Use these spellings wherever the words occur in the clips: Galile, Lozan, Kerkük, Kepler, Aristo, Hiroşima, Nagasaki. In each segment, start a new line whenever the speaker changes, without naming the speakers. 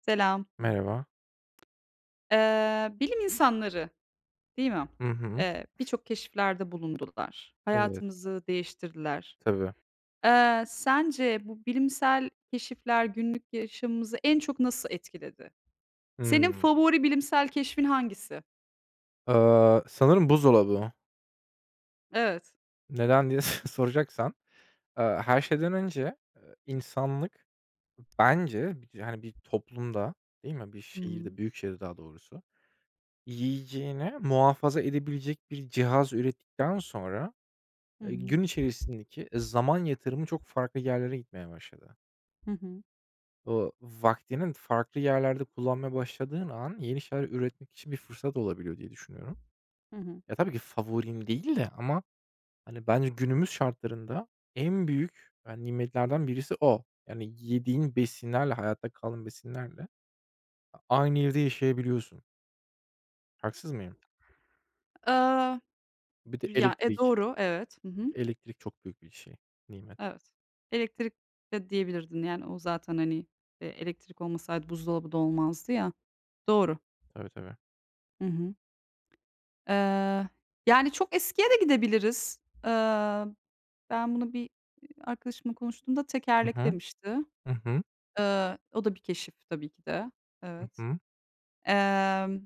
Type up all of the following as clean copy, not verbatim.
Selam.
Merhaba.
Bilim insanları, değil mi?
Hı hı.
Birçok keşiflerde bulundular.
Evet,
Hayatımızı değiştirdiler.
tabii.
Sence bu bilimsel keşifler günlük yaşamımızı en çok nasıl etkiledi? Senin
Hımm.
favori bilimsel keşfin hangisi?
Sanırım buzdolabı.
Evet.
Neden diye soracaksan, her şeyden önce, insanlık bence, bir hani, bir toplumda, değil mi, bir
Hı hı.
şehirde, büyük şehirde daha doğrusu, yiyeceğini muhafaza edebilecek bir cihaz ürettikten sonra,
Hı hı.
gün içerisindeki zaman yatırımı çok farklı yerlere gitmeye başladı.
Hı hı.
O vaktinin farklı yerlerde kullanmaya başladığın an yeni şeyler üretmek için bir fırsat olabiliyor diye düşünüyorum.
Hı hı.
Ya, tabii ki favorim değil de ama, hani, bence günümüz şartlarında en büyük, yani, nimetlerden birisi o. Yani, yediğin besinlerle, hayatta kalan besinlerle aynı evde yaşayabiliyorsun. Haksız mıyım?
Aaa,
Bir de
ya, e,
elektrik.
doğru, evet. Hı hı.
Bir de elektrik çok büyük bir şey, nimet.
Evet. Elektrik de diyebilirdin, yani, o zaten, hani, elektrik olmasaydı buzdolabı da olmazdı ya. Doğru.
Tabii, tabii.
Hı hı. Eee, Yani, çok eskiye de gidebiliriz. Ben bunu bir, arkadaşımla konuştuğumda
Hı
tekerlek
hı.
demişti.
Hı hı.
O da bir keşif tabii ki de.
Hı
Evet.
hı.
Emm,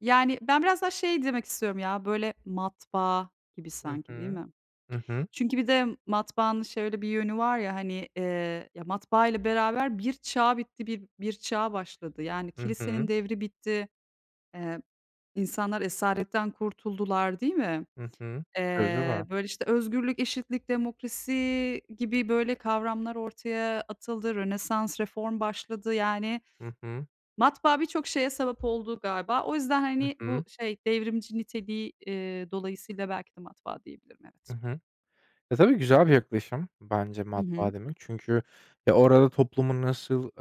Yani, ben biraz daha şey demek istiyorum ya, böyle matbaa gibi
Hı
sanki, değil
hı.
mi?
Hı hı.
Çünkü bir de matbaanın şöyle bir yönü var ya, hani, ya, matbaayla beraber bir çağ bitti, bir çağ başladı. Yani,
Hı hı.
kilisenin devri bitti, eee, insanlar esaretten kurtuldular, değil mi?
Hı. Tabii, tabii.
Böyle, işte, özgürlük, eşitlik, demokrasi gibi, böyle, kavramlar ortaya atıldı. Rönesans, reform başladı. Yani,
Hı hı.
matbaa birçok şeye sebep oldu galiba. O yüzden,
Hı
hani, bu
hı.
şey devrimci niteliği, dolayısıyla belki de matbaa diyebilirim,
Hı
evet.
hı. Ya, tabii güzel bir yaklaşım bence
Hı hı.
matbaa demek. Çünkü, ya, orada toplumun nasıl,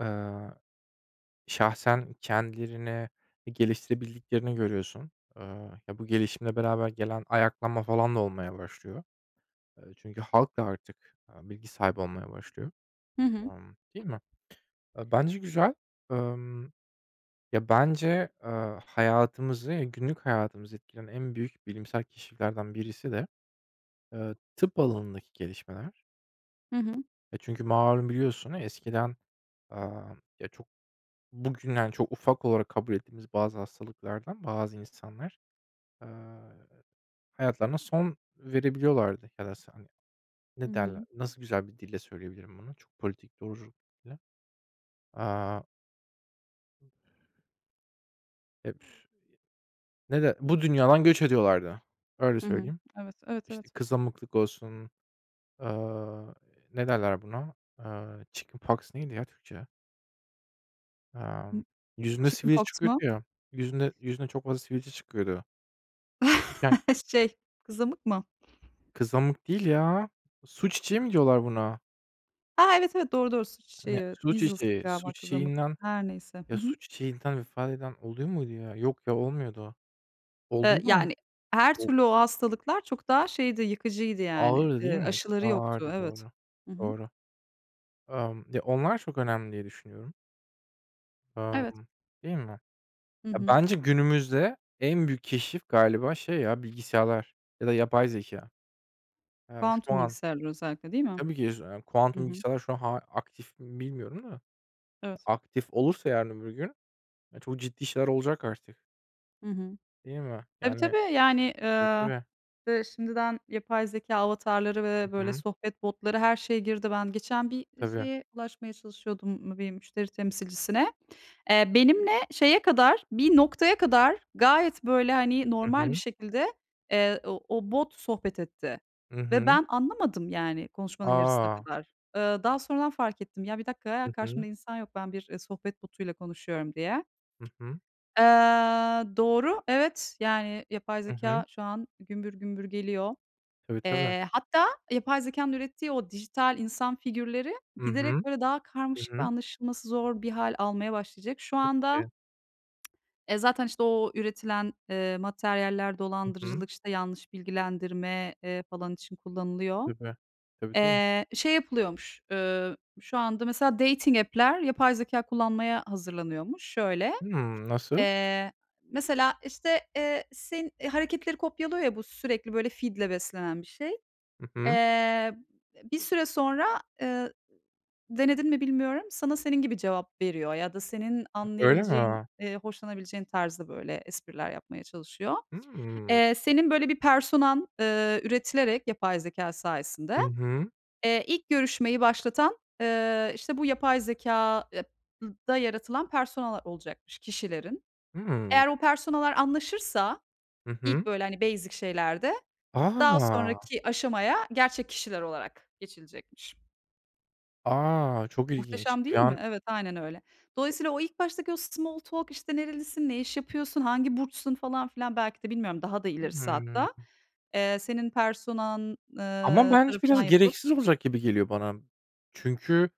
şahsen kendilerini geliştirebildiklerini görüyorsun. Eee, ya, bu gelişimle beraber gelen ayaklanma falan da olmaya başlıyor. Çünkü halk da artık, bilgi sahibi olmaya başlıyor.
Hı hı.
Değil mi? Bence güzel. Emm, ya, bence, hayatımızı, ya, günlük hayatımızı etkileyen en büyük bilimsel keşiflerden birisi de, tıp alanındaki gelişmeler.
Hı hı.
Çünkü malum biliyorsun eskiden, aaa, ya, bugünden çok ufak olarak kabul ettiğimiz bazı hastalıklardan bazı insanlar Eee, hayatlarına son verebiliyorlardı ya da sen
Hı
ne derler,
hı.
nasıl güzel bir dille söyleyebilirim bunu? Çok politik, doğrucu bir dille. Aaa, ep ne de bu dünyadan göç ediyorlardı. Öyle
Hı hı.
söyleyeyim.
Evet, evet,
İşte,
evet.
kızamıklık olsun, aaa, ne derler buna? Chickenpox neydi ya Türkçe?
Hıı,
Amm, yüzünde
chicken
sivilce
pox
çıkıyordu
mu?
ya. Yüzünde yüzüne çok fazla sivilce çıkıyordu. Küçükken
Şey, kızamık mı?
kızamık değil ya. Su çiçeği mi diyorlar buna?
A, evet, evet, doğru, doğru. Su çiçeği,
Ne
evet.
su
Measles
çiçeği.
galiba
Su
kızamık.
çiçeğinden.
Her neyse. Hı
Ya,
hı.
su çiçeğinden vefat eden oluyor muydu ya? Yok ya, olmuyordu. Oluyorlar mı?
Yani, her
O
türlü o hastalıklar çok daha şeydi, yıkıcıydı yani.
ağırdı değil mi? Çok
Aşıları
daha
yoktu.
ağırdı,
Evet.
doğru.
Hı hı.
Doğru. Ya, onlar çok önemli diye düşünüyorum.
Evet.
Emm, değil mi?
Hı
Ya,
hı.
bence günümüzde en büyük keşif galiba şey ya, bilgisayarlar ya da yapay zekâ. Şu
Kuantum
an.
bilgisayarlar özellikle, değil
E,
mi?
tabii ki z
Hı
kuantum
hı.
bilgisayarlar şu an aktif mi bilmiyorum da
Evet.
aktif olursa yarın öbür gün, ya, çok ciddi şeyler olacak artık,
Hı hı.
değil mi?
Tabii,
Yani.
tabii. Yani,
Tabii, tabii.
İşte, şimdiden yapay zeka avatarları ve,
Hı
böyle,
hı.
sohbet botları, her şey girdi. Ben geçen bir,
Tabii.
şeye ulaşmaya çalışıyordum, bir müşteri temsilcisine. Benimle şeye kadar, bir noktaya kadar gayet, böyle, hani,
Hı
normal bir
hı.
şekilde, o bot sohbet etti
Hı
ve
hı.
ben anlamadım, yani, konuşmanın yarısına
A!
kadar. Daha sonradan fark ettim. "Ya, bir dakika ya,
Hı
karşımda
hı.
insan yok, ben bir, sohbet botuyla konuşuyorum." diye.
Hı hı.
Eee, doğru, evet, yani, yapay
Hı
zeka
hı.
şu an gümbür gümbür geliyor.
Tabii, tabii.
Hatta yapay zekânın ürettiği o dijital insan figürleri
Hı hı.
giderek böyle daha
Hı
karmaşık ve
hı.
anlaşılması zor bir hâl almaya başlayacak. Şu anda,
Şey,
zaten, işte, o üretilen, materyaller
hı hı.
dolandırıcılık, işte, yanlış bilgilendirme, falan için kullanılıyor.
Tabii. Tabii, tabii.
Şey yapılıyormuş, şu anda mesela dating app'ler yapay zekâ kullanmaya hazırlanıyormuş. Şöyle,
Hımm, nasıl?
eee, mesela, işte, senin e, hareketleri kopyalıyor ya bu sürekli böyle feed'le beslenen bir şey.
Hı hı.
Eee, Bir süre sonra, eee, denedin mi bilmiyorum, sana senin gibi cevap veriyor ya da senin
Öyle
anlayabileceğin,
mi?
hoşlanabileceğin tarzda böyle espriler yapmaya çalışıyor.
Hımm.
Senin böyle bir personan, üretilerek yapay zekâ sayesinde,
Hı hı.
ilk görüşmeyi başlatan, işte, bu yapay zekâ ep da yaratılan personalar olacakmış kişilerin.
Hımm.
Eğer o personalar anlaşırsa
Hı
ilk
hı.
böyle, hani, basic şeylerde, daha
A!
sonraki aşamaya gerçek kişiler olarak geçilecekmiş.
A! Çok ilginç.
Muhteşem
Bir
değil mi?
an.
Evet, aynen öyle. Dolayısıyla o ilk baştaki o small talk, işte, "Nerelisin, ne iş yapıyorsun, hangi burçsun?" falan filan belki de bilmiyorum daha da ilerisi
Hımm.
hatta, senin personan,
Ama bence
tarafından
biraz
yapılıp
gereksiz olacak gibi geliyor bana. Çünkü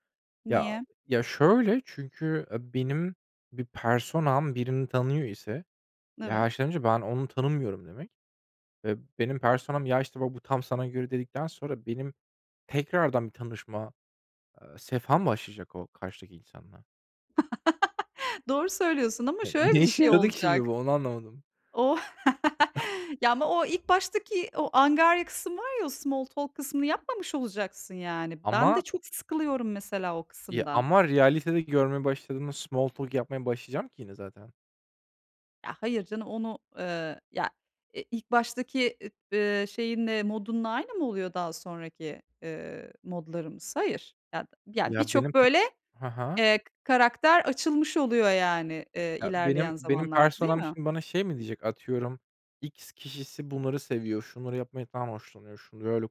ya
Niye?
ya şöyle, çünkü, benim bir personam birini tanıyor ise, ya,
Evet.
her şeyden önce ben onu tanımıyorum demek. Benim personam, "Ya, işte, bak bu tam sana göre." dedikten sonra benim tekrardan bir tanışma, sefam başlayacak o karşıdaki insanla.
Doğru söylüyorsun ama
Ya,
şöyle
ne
bir
işe
şey
yaradı ki şimdi
olacak.
bu? Onu anlamadım.
O Ya, ama o ilk baştaki o angarya kısım var ya, o small talk kısmını yapmamış olacaksın yani. Ben de
Ama,
çok sıkılıyorum mesela o
ya,
kısımdan.
ama realitede görmeye başladığımda small talk yapmaya başlayacağım ki yine zaten.
Ya, hayır canım onu, ya, ilk baştaki, şeyinle, modunla aynı mı oluyor daha sonraki, modlarımız? Hayır. Ya,
Ya, benim
birçok
pe
böyle,
Hı hı.
eee, karakter açılmış oluyor yani,
Ya, benim
ilerleyen
benim
zamanlarda, değil
personam
mi?
şimdi bana şey mi diyecek? Atıyorum, "X kişisi bunları seviyor, şunları yapmaktan hoşlanıyor, şunu böyle."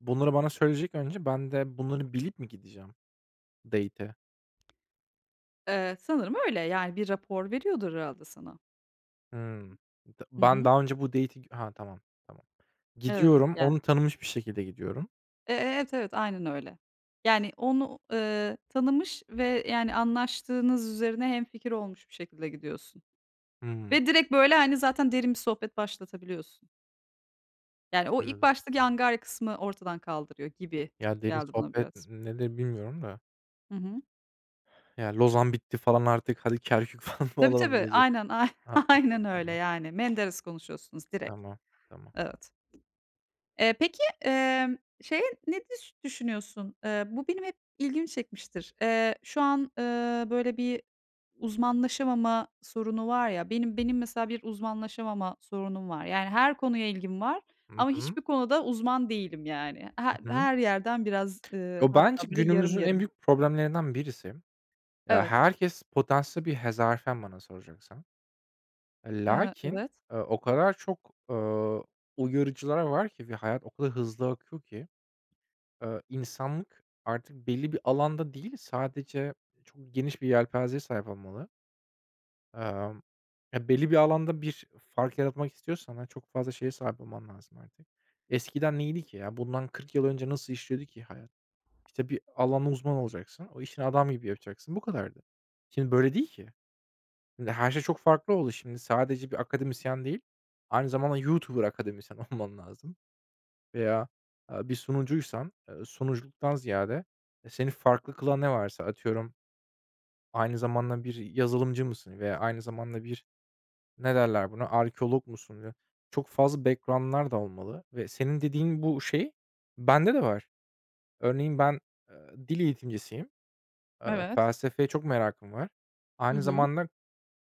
Bunları bana söyleyecek önce. Ben de bunları bilip mi gideceğim date'e?
Sanırım öyle. Yani bir rapor veriyordur herhâlde sana.
Hımm. D
Hı
ben
hı.
daha önce bu date'i. Ha, tamam, tamam.
Evet,
Gidiyorum,
yani.
onu tanımış bir şekilde gidiyorum.
Evet, evet, aynen öyle. Yani onu, tanımış ve yani anlaştığınız üzerine hemfikir olmuş bir şekilde gidiyorsun.
Hımm,
Ve direkt, böyle, hani, zaten derin bir sohbet başlatabiliyorsun. Yani, o ilk
anladım.
baştaki angarya kısmı ortadan kaldırıyor gibi
Ya, derin
geldi bana
sohbet
biraz.
nedir bilmiyorum da.
Hı hı.
Ya, Lozan bitti falan artık hadi Kerkük falan mı
Tabii,
alalım
tabii.
diyeceğiz.
Aynen, ay
Ha,
aynen öyle,
anladım.
yani. Menderes konuşuyorsunuz direkt.
Tamam, tamam.
Evet. Peki, şeye ne düşünüyorsun? Bu benim hep ilgimi çekmiştir. Şu an, böyle bir uzmanlaşamama sorunu var ya, benim mesela bir uzmanlaşamama sorunum var. Yani her konuya ilgim var
Hı
ama
hı.
hiçbir konuda uzman değilim yani. Her
Hı hı.
her yerden biraz,
Yo, bence
hatta böyle yarım
günümüzün en
yarım.
büyük problemlerinden birisi. Ya,
Evet.
herkes potansiyel bir hezarfen bana soracaksan. Lakin,
Evet.
o kadar çok, uyarıcılar var ki ve hayat o kadar hızlı akıyor ki. İnsanlık artık belli bir alanda değil, sadece çok geniş bir yelpazeye sahip olmalı. Emm, ya, belli bir alanda bir fark yaratmak istiyorsan ha, çok fazla şeye sahip olman lazım artık. Eskiden neydi ki ya? Bundan 40 yıl önce nasıl işliyordu ki hayat? İşte, bir alanda uzman olacaksın, o işini adam gibi yapacaksın, bu kadardı. Şimdi böyle değil ki. Şimdi her şey çok farklı oldu. Şimdi sadece bir akademisyen değil, aynı zamanda YouTuber akademisyen olman lazım. Veya, bir sunucuysan, sunuculuktan ziyade, seni farklı kılan ne varsa atıyorum aynı zamanda bir yazılımcı mısın veya aynı zamanda bir ne derler buna, arkeolog musun? Ya, çok fazla background'lar da olmalı ve senin dediğin bu şey bende de var. Örneğin ben, dil eğitimcisiyim. Eee,
Evet.
felsefeye çok merakım var.
Hı
Aynı
hı.
zamanda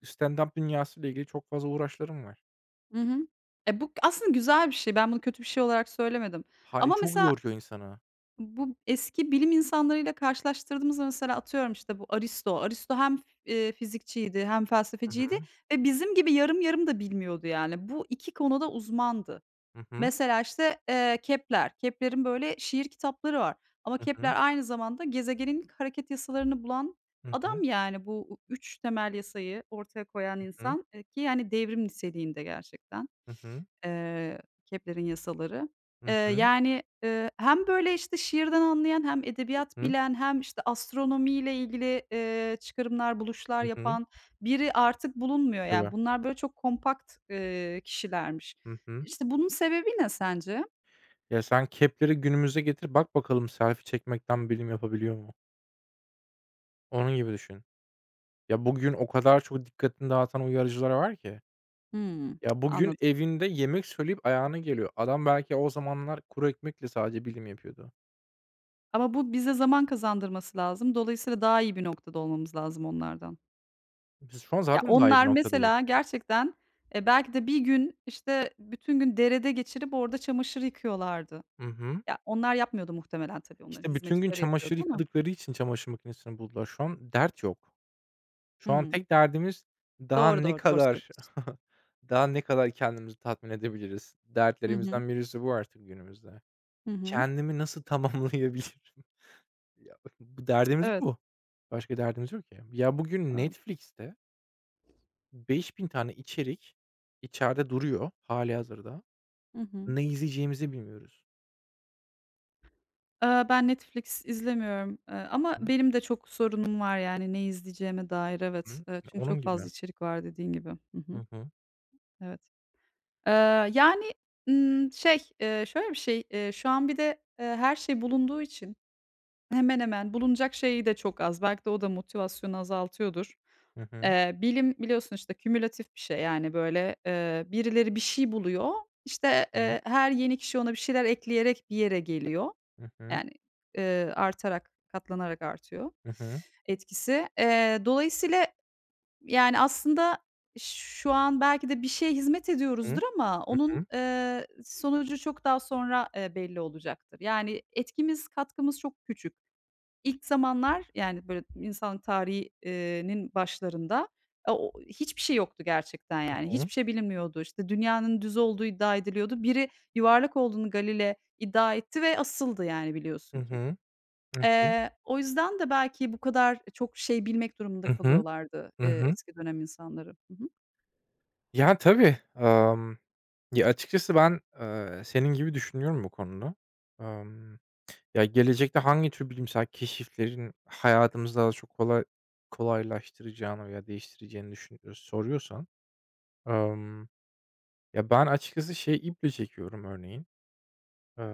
stand up ile ilgili çok fazla uğraşlarım var.
Hı hı. E, bu aslında güzel bir şey. Ben bunu kötü bir şey olarak söylemedim
Hay
ama
çok
mesela
yoruyor insanı.
Bu eski bilim insanlarıyla karşılaştırdığımızda mesela atıyorum, işte, bu Aristo. Aristo hem, fizikçiydi hem felsefeciydi ve bizim gibi yarım yarım da bilmiyordu yani. Bu 2 konuda uzmandı.
Hı hı.
Mesela, işte, Kepler. Kepler'in böyle şiir kitapları var ama
Hı hı.
Kepler aynı zamanda gezegenin hareket yasalarını bulan
Hı hı.
adam yani. Bu 3 temel yasayı ortaya koyan
Hı hı.
insan, ki yani devrim niteliğinde gerçekten.
Hı hı.
Eee, Kepler'in yasaları.
Hı hı.
Yani, hem böyle, işte, şiirden anlayan hem
Hı
edebiyat
hı.
bilen hem, işte, astronomiyle ilgili, çıkarımlar, buluşlar
Hı hı.
yapan biri artık bulunmuyor. Yani,
Tabii.
bunlar böyle çok kompakt, kişilermiş.
Hı hı.
İşte, bunun sebebi ne sence?
Ya, sen kepleri günümüze getir, bak bakalım selfie çekmekten bilim yapabiliyor mu? Onun gibi düşün. Ya, bugün o kadar çok dikkatini dağıtan uyarıcılar var ki.
Hımm,
Ya, bugün
anladım.
evinde yemek söyleyip ayağına geliyor. Adam belki o zamanlar kuru ekmekle sadece bilim yapıyordu.
Ama bu bize zaman kazandırması lazım. Dolayısıyla daha iyi bir noktada olmamız lazım onlardan.
Biz şu an
Ya,
zaten daha iyi
onlar
bir noktadayız.
mesela gerçekten, belki de bir gün, işte, bütün gün derede geçirip orada çamaşır yıkıyorlardı.
Hı hı.
Ya, onlar yapmıyordu muhtemelen tabii, onların
İşte, bütün gün
hizmetçileri yapıyordu
çamaşır
ama
yıkadıkları için çamaşır makinesini buldular. Şu an dert yok. Şu an
Hımm.
tek derdimiz daha
Doğru,
ne
doğru, doğru
kadar
söylüyorsun.
daha ne kadar kendimizi tatmin edebiliriz?
Hı hı.
Dertlerimizden birisi bu artık günümüzde.
Hı hı.
Kendimi nasıl tamamlayabilirim? Ya, bu derdimiz
Evet.
bu. Başka derdimiz yok ya. Ya, bugün Netflix'te 5.000 tane içerik içeride duruyor hali hazırda.
Hı hı.
Ne izleyeceğimizi bilmiyoruz.
Ben Netflix izlemiyorum, ama
Hı
benim de çok sorunum var yani ne izleyeceğime dair. Evet,
hı.
çünkü
Onun
çok fazla
gibi.
içerik var dediğin gibi. Hı hı.
Hı hı.
Evet. Eee, Yani, şey, şöyle bir şey, şu an bir de, her şey bulunduğu için hemen hemen bulunacak şey de çok az. Belki de o da motivasyonu azaltıyordur.
Hı hı.
Bilim biliyorsun, işte, kümülatif bir şey, yani, böyle, birileri bir şey buluyor. İşte,
Hı.
her yeni kişi ona bir şeyler ekleyerek bir yere geliyor.
Hı hı.
Yani, artarak, katlanarak artıyor
Hı hı.
etkisi. Dolayısıyla, yani, aslında şu an belki de bir şeye hizmet
Hı.
ediyoruzdur ama
Hı
onun,
hı.
sonucu çok daha sonra, belli olacaktır. Yani, etkimiz, katkımız çok küçük. İlk zamanlar, yani, böyle, insanlık tarihinin başlarında, a o hiçbir şey yoktu gerçekten, yani.
Hı.
Hiçbir şey bilinmiyordu. İşte, dünyanın düz olduğu iddia ediliyordu. Biri yuvarlak olduğunu Galile iddia etti ve asıldı, yani,
Hı
biliyorsun ki.
hı. Hı hı.
O yüzden de belki bu kadar çok şey bilmek durumunda
Hı hı.
kalıyorlardı,
Hı hı. Hı.
eski dönem insanları. Hı hı.
Ya, tabii. Ya, açıkçası ben, senin gibi düşünüyorum bu konuda. Emm, ya, gelecekte hangi tür bilimsel keşiflerin hayatımızı daha çok kolaylaştıracağını veya değiştireceğini düşün soruyorsan, emm, ya, ben açıkçası şey iple çekiyorum örneğin. Eee,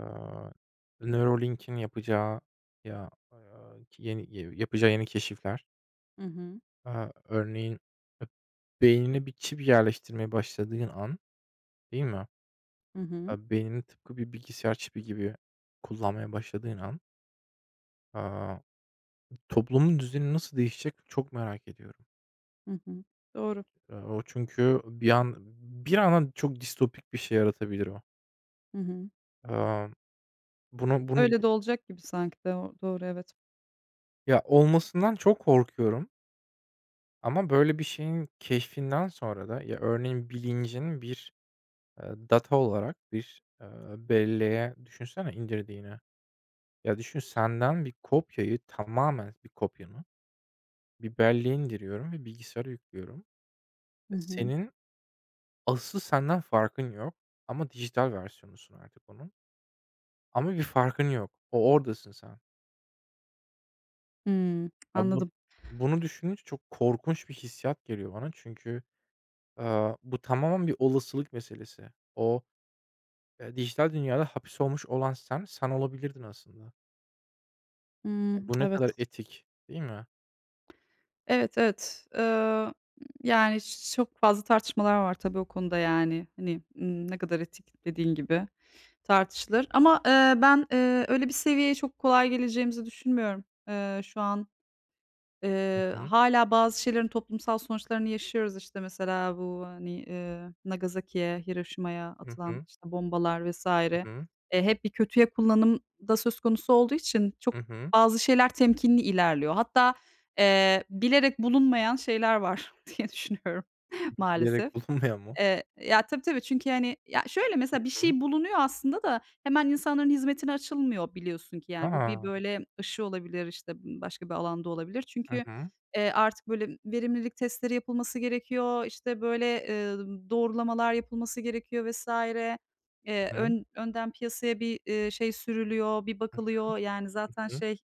Neuralink'in yapacağı ya, yeni yapacağı yeni keşifler.
Hı hı.
Örneğin, e beynine bir çip yerleştirmeye başladığın an, değil mi?
Hı hı.
Beynini tıpkı bir bilgisayar çipi gibi kullanmaya başladığın an, aaa, toplumun düzeni nasıl değişecek çok merak ediyorum.
Hı hı. Doğru.
O çünkü bir anda çok distopik bir şey yaratabilir o.
Hı hı.
Aaa, bunu bunu
Öyle de olacak gibi sanki. Doğru, evet.
ya, olmasından çok korkuyorum ama böyle bir şeyin keşfinden sonra da ya, örneğin bilincin bir, data olarak bir, belleğe düşünsene indirdiğini. Ya, düşün senden bir kopyayı, tamamen bir kopyanı. Bir belleğe indiriyorum ve bilgisayara yüklüyorum.
Hı
E,
hı.
Senin asıl senden farkın yok ama dijital versiyonusun artık onun. Ama bir farkın yok. O oradasın sen.
Hımm.
Ya,
Anladım.
bunu düşününce çok korkunç bir hissiyat geliyor bana çünkü, bu tamamen bir olasılık meselesi. O, dijital dünyada hapis olmuş olan sen, sen olabilirdin aslında. Ya,
Hımm.
bu ne kadar
Evet.
etik, değil mi?
Evet, evet. Yani çok fazla tartışmalar var tabii o konuda yani. Hani, ne kadar etik dediğin gibi tartışılır ama, ben, öyle bir seviyeye çok kolay geleceğimizi düşünmüyorum. Şu an
Hı hı.
Hâlâ bazı şeylerin toplumsal sonuçlarını yaşıyoruz. İşte, mesela bu, hani, Nagasaki'ye, Hiroşima'ya
Hı
atılan,
hı.
işte, bombalar vs.
Hı hı.
Hep bir kötüye kullanım da söz konusu olduğu için çok
Hı.
bazı şeyler temkinli ilerliyor. Hatta, bilerek bulunmayan şeyler var diye düşünüyorum maalesef.
Bilerek bulunmayan mı?
Ya, tabii, tabii. Çünkü, yani ya, şöyle
Hı
mesela bir
hı.
şey bulunuyor aslında da hemen insanların hizmetine açılmıyor biliyorsun ki, yani. Bu bir
A!
böyle aşı olabilir, işte, başka bir alanda olabilir.
Hı
Çünkü,
hı.
artık böyle verimlilik testleri yapılması gerekiyor, işte, böyle, doğrulamalar yapılması gerekiyor vesaire.
Hı hı.
Ön Önden piyasaya bir, şey sürülüyor, bir
Hı
bakılıyor. Yani, zaten
hı.
şey,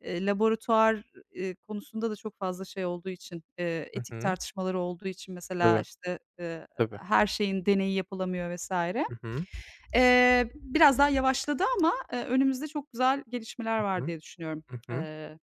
Laboratuvar, konusunda da çok fazla şey olduğu için,
Hı
etik
hı.
tartışmaları olduğu için mesela,
Tabii.
işte,
Tabii.
her şeyin deneyi yapılamıyor vesaire.
Hı hı.
Biraz daha yavaşladı ama, önümüzde çok güzel gelişmeler
Hı
var diye düşünüyorum.
hı. Hı
Eee